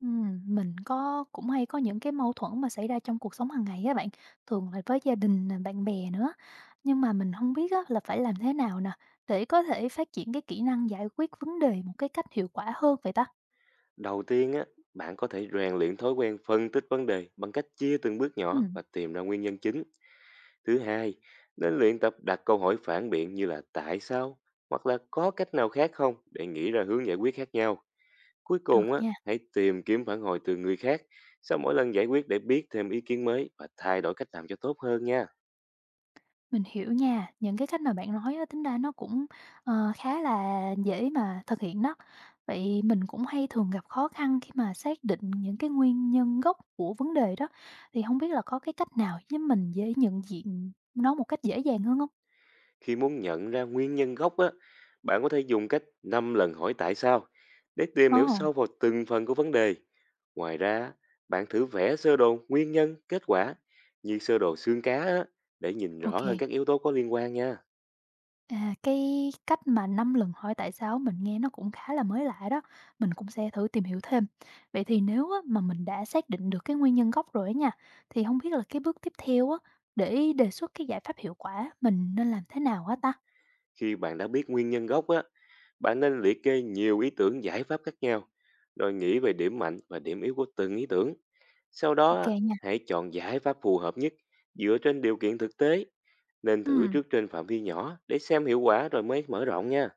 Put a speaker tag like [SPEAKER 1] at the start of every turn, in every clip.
[SPEAKER 1] Mình có cũng hay có những cái mâu thuẫn mà xảy ra trong cuộc sống hàng ngày á bạn, thường là với gia đình nè, bạn bè nữa. Nhưng mà mình không biết á là phải làm thế nào nè, để có thể phát triển cái kỹ năng giải quyết vấn đề một cái cách hiệu quả hơn vậy ta?
[SPEAKER 2] Đầu tiên á, bạn có thể rèn luyện thói quen phân tích vấn đề bằng cách chia từng bước nhỏ
[SPEAKER 1] Ừm,
[SPEAKER 2] và tìm ra nguyên nhân chính. Thứ hai, nên luyện tập đặt câu hỏi phản biện như là tại sao hoặc là có cách nào khác không để nghĩ ra hướng giải quyết khác nhau. Cuối
[SPEAKER 1] được
[SPEAKER 2] cùng á,
[SPEAKER 1] nha.
[SPEAKER 2] hãy tìm kiếm phản hồi từ người khác sau mỗi lần giải quyết để biết thêm ý kiến mới và thay đổi cách làm cho tốt hơn nha.
[SPEAKER 1] Mình hiểu nha, những cái cách mà bạn nói á, tính ra nó cũng, ờ, khá là dễ mà thực hiện đó. Vậy mình cũng hay thường gặp khó khăn khi mà xác định những cái nguyên nhân gốc của vấn đề đó, thì không biết là có cái cách nào giúp mình dễ nhận diện nó một cách dễ dàng hơn không.
[SPEAKER 2] Khi muốn nhận ra nguyên nhân gốc á, bạn có thể dùng cách 5 lần hỏi tại sao để tìm
[SPEAKER 1] Ồ,
[SPEAKER 2] hiểu sâu vào từng phần của vấn đề. Ngoài ra, bạn thử vẽ sơ đồ nguyên nhân, kết quả như sơ đồ xương cá á, để nhìn rõ hơn
[SPEAKER 1] ok.
[SPEAKER 2] các yếu tố có liên quan nha.
[SPEAKER 1] À, cái cách mà 5 lần hỏi tại sao mình nghe nó cũng khá là mới lạ đó, mình cũng sẽ thử tìm hiểu thêm. Vậy thì nếu á, mà mình đã xác định được cái nguyên nhân gốc rồi á nha, thì không biết là cái bước tiếp theo á, để đề xuất cái giải pháp hiệu quả mình nên làm thế nào á ta?
[SPEAKER 2] Khi bạn đã biết nguyên nhân gốc á, bạn nên liệt kê nhiều ý tưởng giải pháp khác nhau, rồi nghĩ về điểm mạnh và điểm yếu của từng ý tưởng. Sau đó,
[SPEAKER 1] Ok
[SPEAKER 2] á,
[SPEAKER 1] nha.
[SPEAKER 2] hãy chọn giải pháp phù hợp nhất dựa trên điều kiện thực tế. Nên thử
[SPEAKER 1] Ừ.
[SPEAKER 2] trước trên phạm vi nhỏ để xem hiệu quả rồi mới mở rộng nha.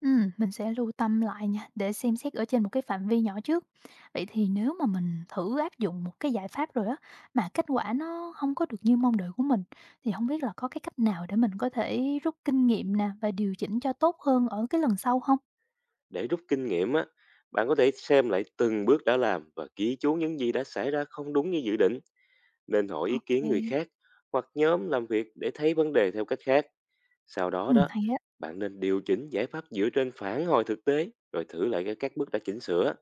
[SPEAKER 1] Mình sẽ lưu tâm lại nha, để xem xét ở trên một cái phạm vi nhỏ trước. Vậy thì nếu mà mình thử áp dụng một cái giải pháp rồi á, mà kết quả nó không có được như mong đợi của mình, thì không biết là có cái cách nào để mình có thể rút kinh nghiệm nè và điều chỉnh cho tốt hơn ở cái lần sau không?
[SPEAKER 2] Để rút kinh nghiệm á, bạn có thể xem lại từng bước đã làm và ghi chú những gì đã xảy ra không đúng như dự định. Nên hỏi ý
[SPEAKER 1] OK
[SPEAKER 2] kiến
[SPEAKER 1] kê.
[SPEAKER 2] người khác hoặc nhóm làm việc để thấy vấn đề theo cách khác. Sau đó đó,
[SPEAKER 1] Hay á,
[SPEAKER 2] bạn nên điều chỉnh giải pháp dựa trên phản hồi thực tế rồi thử lại các bước đã chỉnh sửa.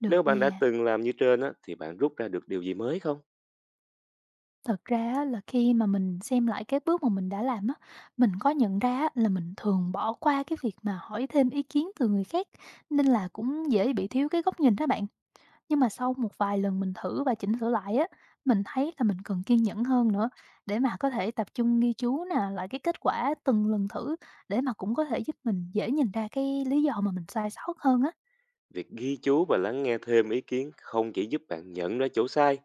[SPEAKER 1] được
[SPEAKER 2] Nếu bạn đã
[SPEAKER 1] nha.
[SPEAKER 2] từng làm như trên á, thì bạn rút ra được điều gì mới không?
[SPEAKER 1] Thật ra á là khi mà mình xem lại cái bước mà mình đã làm á, mình có nhận ra á là mình thường bỏ qua cái việc mà hỏi thêm ý kiến từ người khác, nên là cũng dễ bị thiếu cái góc nhìn đó bạn. Nhưng mà sau một vài lần mình thử và chỉnh sửa lại á, mình thấy là mình cần kiên nhẫn hơn nữa để mà có thể tập trung ghi chú nè, lại cái kết quả từng lần thử để mà cũng có thể giúp mình dễ nhìn ra cái lý do mà mình sai sót hơn á.
[SPEAKER 2] Việc ghi chú và lắng nghe thêm ý kiến không chỉ giúp bạn nhận ra chỗ sai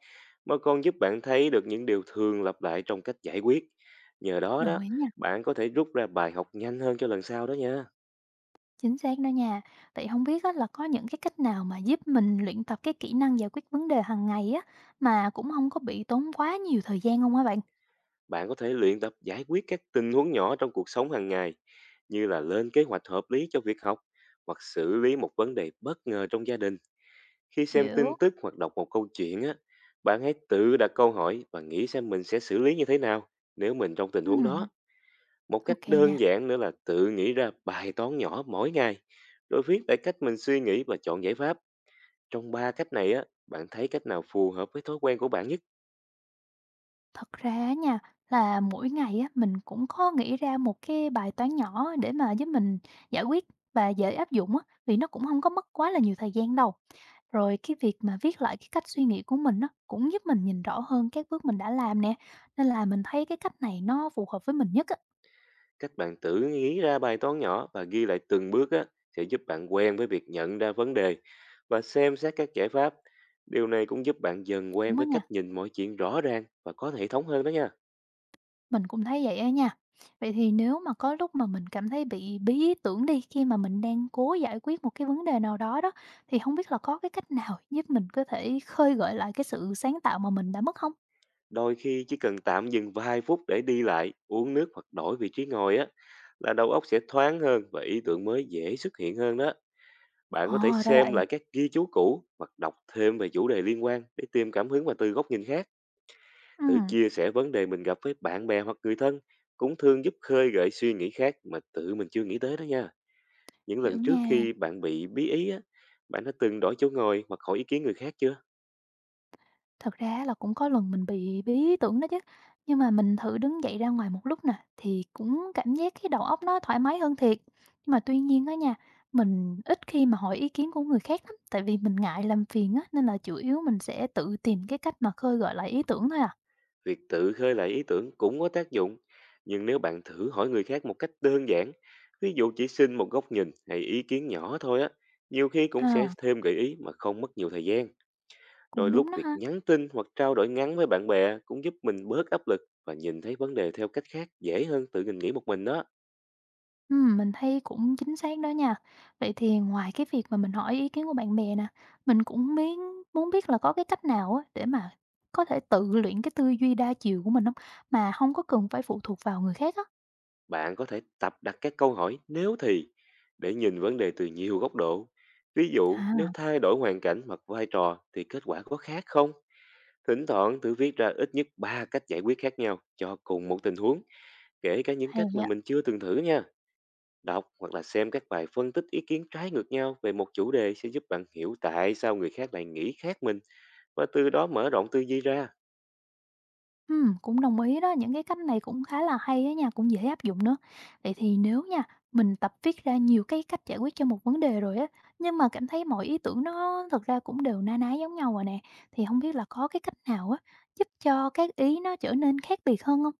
[SPEAKER 2] mà còn giúp bạn thấy được những điều thường lặp lại trong cách giải quyết. Nhờ đó
[SPEAKER 1] Đồng
[SPEAKER 2] đó,
[SPEAKER 1] ý nha.
[SPEAKER 2] bạn có thể rút ra bài học nhanh hơn cho lần sau đó nha.
[SPEAKER 1] Chính xác đó nha. Vậy không biết á, là có những cái cách nào mà giúp mình luyện tập cái kỹ năng giải quyết vấn đề hàng ngày á mà cũng không có bị tốn quá nhiều thời gian không á bạn?
[SPEAKER 2] Bạn có thể luyện tập giải quyết các tình huống nhỏ trong cuộc sống hàng ngày, như là lên kế hoạch hợp lý cho việc học hoặc xử lý một vấn đề bất ngờ trong gia đình. Khi xem tin
[SPEAKER 1] Hiểu.
[SPEAKER 2] tức hoặc đọc một câu chuyện á, bạn hãy tự đặt câu hỏi và nghĩ xem mình sẽ xử lý như thế nào nếu mình trong tình
[SPEAKER 1] Ừ,
[SPEAKER 2] huống đó. Một cách
[SPEAKER 1] ok nha.
[SPEAKER 2] đơn giản nữa là tự nghĩ ra bài toán nhỏ mỗi ngày, rồi viết lại cách mình suy nghĩ và chọn giải pháp. Trong 3 cách này á, bạn thấy cách nào phù hợp với thói quen của bạn nhất?
[SPEAKER 1] Thật ra á nha, là mỗi ngày á, mình cũng có nghĩ ra một cái bài toán nhỏ để mà giúp mình giải quyết và dễ áp dụng á, vì nó cũng không có mất quá là nhiều thời gian đâu. Rồi cái việc mà viết lại cái cách suy nghĩ của mình á, cũng giúp mình nhìn rõ hơn các bước mình đã làm nè, nên là mình thấy cái cách này nó phù hợp với mình nhất á,
[SPEAKER 2] Các bạn tự nghĩ ra bài toán nhỏ và ghi lại từng bước á, sẽ giúp bạn quen với việc nhận ra vấn đề và xem xét các giải pháp. Điều này cũng giúp bạn dần quen
[SPEAKER 1] đúng á
[SPEAKER 2] với
[SPEAKER 1] nha.
[SPEAKER 2] cách nhìn mọi chuyện rõ ràng và có hệ thống hơn đó nha.
[SPEAKER 1] Mình cũng thấy vậy á nha. Vậy thì nếu mà có lúc mà mình cảm thấy bị bí ý tưởng đi khi mà mình đang cố giải quyết một cái vấn đề nào đó đó, thì không biết là có cái cách nào giúp mình có thể khơi gợi lại cái sự sáng tạo mà mình đã mất không?
[SPEAKER 2] Đôi khi chỉ cần tạm dừng vài phút để đi lại, uống nước hoặc đổi vị trí ngồi á, là đầu óc sẽ thoáng hơn và ý tưởng mới dễ xuất hiện hơn đó. Bạn có thể
[SPEAKER 1] Ờ, ra vậy.
[SPEAKER 2] xem lại các ghi chú cũ hoặc đọc thêm về chủ đề liên quan để tìm cảm hứng và từ góc nhìn khác. Thử
[SPEAKER 1] Ừm,
[SPEAKER 2] chia sẻ vấn đề mình gặp với bạn bè hoặc người thân cũng thường giúp khơi gợi suy nghĩ khác mà tự mình chưa nghĩ tới đó nha. Những
[SPEAKER 1] hiểu
[SPEAKER 2] lần trước
[SPEAKER 1] nha.
[SPEAKER 2] khi bạn bị bí ý á, bạn đã từng đổi chỗ ngồi hoặc hỏi ý kiến người khác chưa?
[SPEAKER 1] Thật ra là cũng có lần mình bị bí ý tưởng đó chứ, nhưng mà mình thử đứng dậy ra ngoài một lúc nè, thì cũng cảm giác cái đầu óc nó thoải mái hơn thiệt. Nhưng mà tuy nhiên á nha, mình ít khi mà hỏi ý kiến của người khác lắm, tại vì mình ngại làm phiền á, nên là chủ yếu mình sẽ tự tìm cái cách mà khơi gợi lại ý tưởng thôi à.
[SPEAKER 2] Việc tự khơi lại ý tưởng cũng có tác dụng. Nhưng nếu bạn thử hỏi người khác một cách đơn giản, ví dụ chỉ xin một góc nhìn hay ý kiến nhỏ thôi á, nhiều khi cũng sẽ
[SPEAKER 1] À,
[SPEAKER 2] thêm gợi ý mà không mất nhiều thời gian.
[SPEAKER 1] cũng
[SPEAKER 2] Đôi lúc
[SPEAKER 1] đúng đó
[SPEAKER 2] việc
[SPEAKER 1] ha.
[SPEAKER 2] nhắn tin hoặc trao đổi ngắn với bạn bè cũng giúp mình bớt áp lực và nhìn thấy vấn đề theo cách khác dễ hơn tự mình nghĩ một mình đó.
[SPEAKER 1] Mình thấy cũng chính xác đó nha. Vậy thì ngoài cái việc mà mình hỏi ý kiến của bạn bè nè, mình cũng miếng muốn biết là có cái cách nào á để mà có thể tự luyện cái tư duy đa chiều của mình không, mà không có cần phải phụ thuộc vào người khác á?
[SPEAKER 2] Bạn có thể tập đặt các câu hỏi nếu thì để nhìn vấn đề từ nhiều góc độ. Ví dụ, nếu
[SPEAKER 1] À,
[SPEAKER 2] thay đổi hoàn cảnh hoặc vai trò thì kết quả có khác không? Thỉnh thoảng thử viết ra ít nhất 3 cách giải quyết khác nhau cho cùng một tình huống, kể cả những
[SPEAKER 1] hay
[SPEAKER 2] cách mà
[SPEAKER 1] á.
[SPEAKER 2] mình chưa từng thử nha. Đọc hoặc là xem các bài phân tích ý kiến trái ngược nhau về một chủ đề sẽ giúp bạn hiểu tại sao người khác lại nghĩ khác mình và từ đó mở rộng tư duy ra.
[SPEAKER 1] Cũng đồng ý đó, những cái cách này cũng khá là hay á nha, cũng dễ áp dụng nữa. Vậy thì nếu nha, mình tập viết ra nhiều cái cách giải quyết cho một vấn đề rồi á, nhưng mà cảm thấy mọi ý tưởng nó thực ra cũng đều na ná giống nhau rồi nè, thì không biết là có cái cách nào á, giúp cho các ý nó trở nên khác biệt hơn không.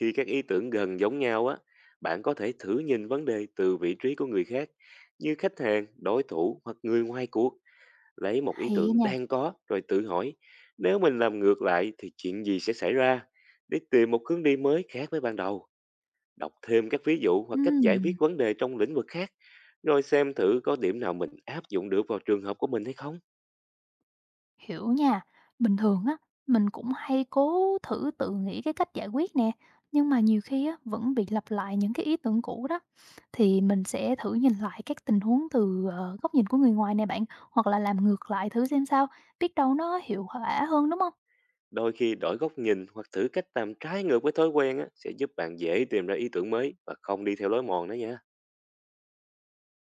[SPEAKER 2] Khi các ý tưởng gần giống nhau á, bạn có thể thử nhìn vấn đề từ vị trí của người khác, như khách hàng, đối thủ hoặc người ngoài cuộc, lấy một ý
[SPEAKER 1] Hay á
[SPEAKER 2] tưởng
[SPEAKER 1] nha.
[SPEAKER 2] đang có rồi tự hỏi, nếu mình làm ngược lại thì chuyện gì sẽ xảy ra, để tìm một hướng đi mới khác với ban đầu. Đọc thêm các ví dụ hoặc cách giải quyết
[SPEAKER 1] Ừm.
[SPEAKER 2] vấn đề trong lĩnh vực khác, rồi xem thử có điểm nào mình áp dụng được vào trường hợp của mình hay không.
[SPEAKER 1] Hiểu nha, bình thường á, mình cũng hay cố thử tự nghĩ cái cách giải quyết nè, nhưng mà nhiều khi á, vẫn bị lặp lại những cái ý tưởng cũ đó. Thì mình sẽ thử nhìn lại các tình huống từ góc nhìn của người ngoài nè bạn, hoặc là làm ngược lại thử xem sao, biết đâu nó hiệu quả hơn đúng không?
[SPEAKER 2] Đôi khi đổi góc nhìn hoặc thử cách làm trái ngược với thói quen á, sẽ giúp bạn dễ tìm ra ý tưởng mới và không đi theo lối mòn đó nha.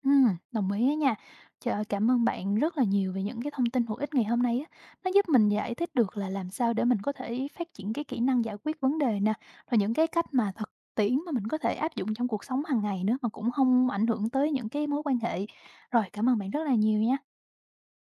[SPEAKER 1] Đồng ý á nha. Trời ơi, cảm ơn bạn rất là nhiều về những cái thông tin hữu ích ngày hôm nay á. Nó giúp mình giải thích được là làm sao để mình có thể phát triển cái kỹ năng giải quyết vấn đề nè, rồi những cái cách mà thực tiễn mà mình có thể áp dụng trong cuộc sống hàng ngày nữa mà cũng không ảnh hưởng tới những cái mối quan hệ. Rồi, cảm ơn bạn rất là nhiều nha.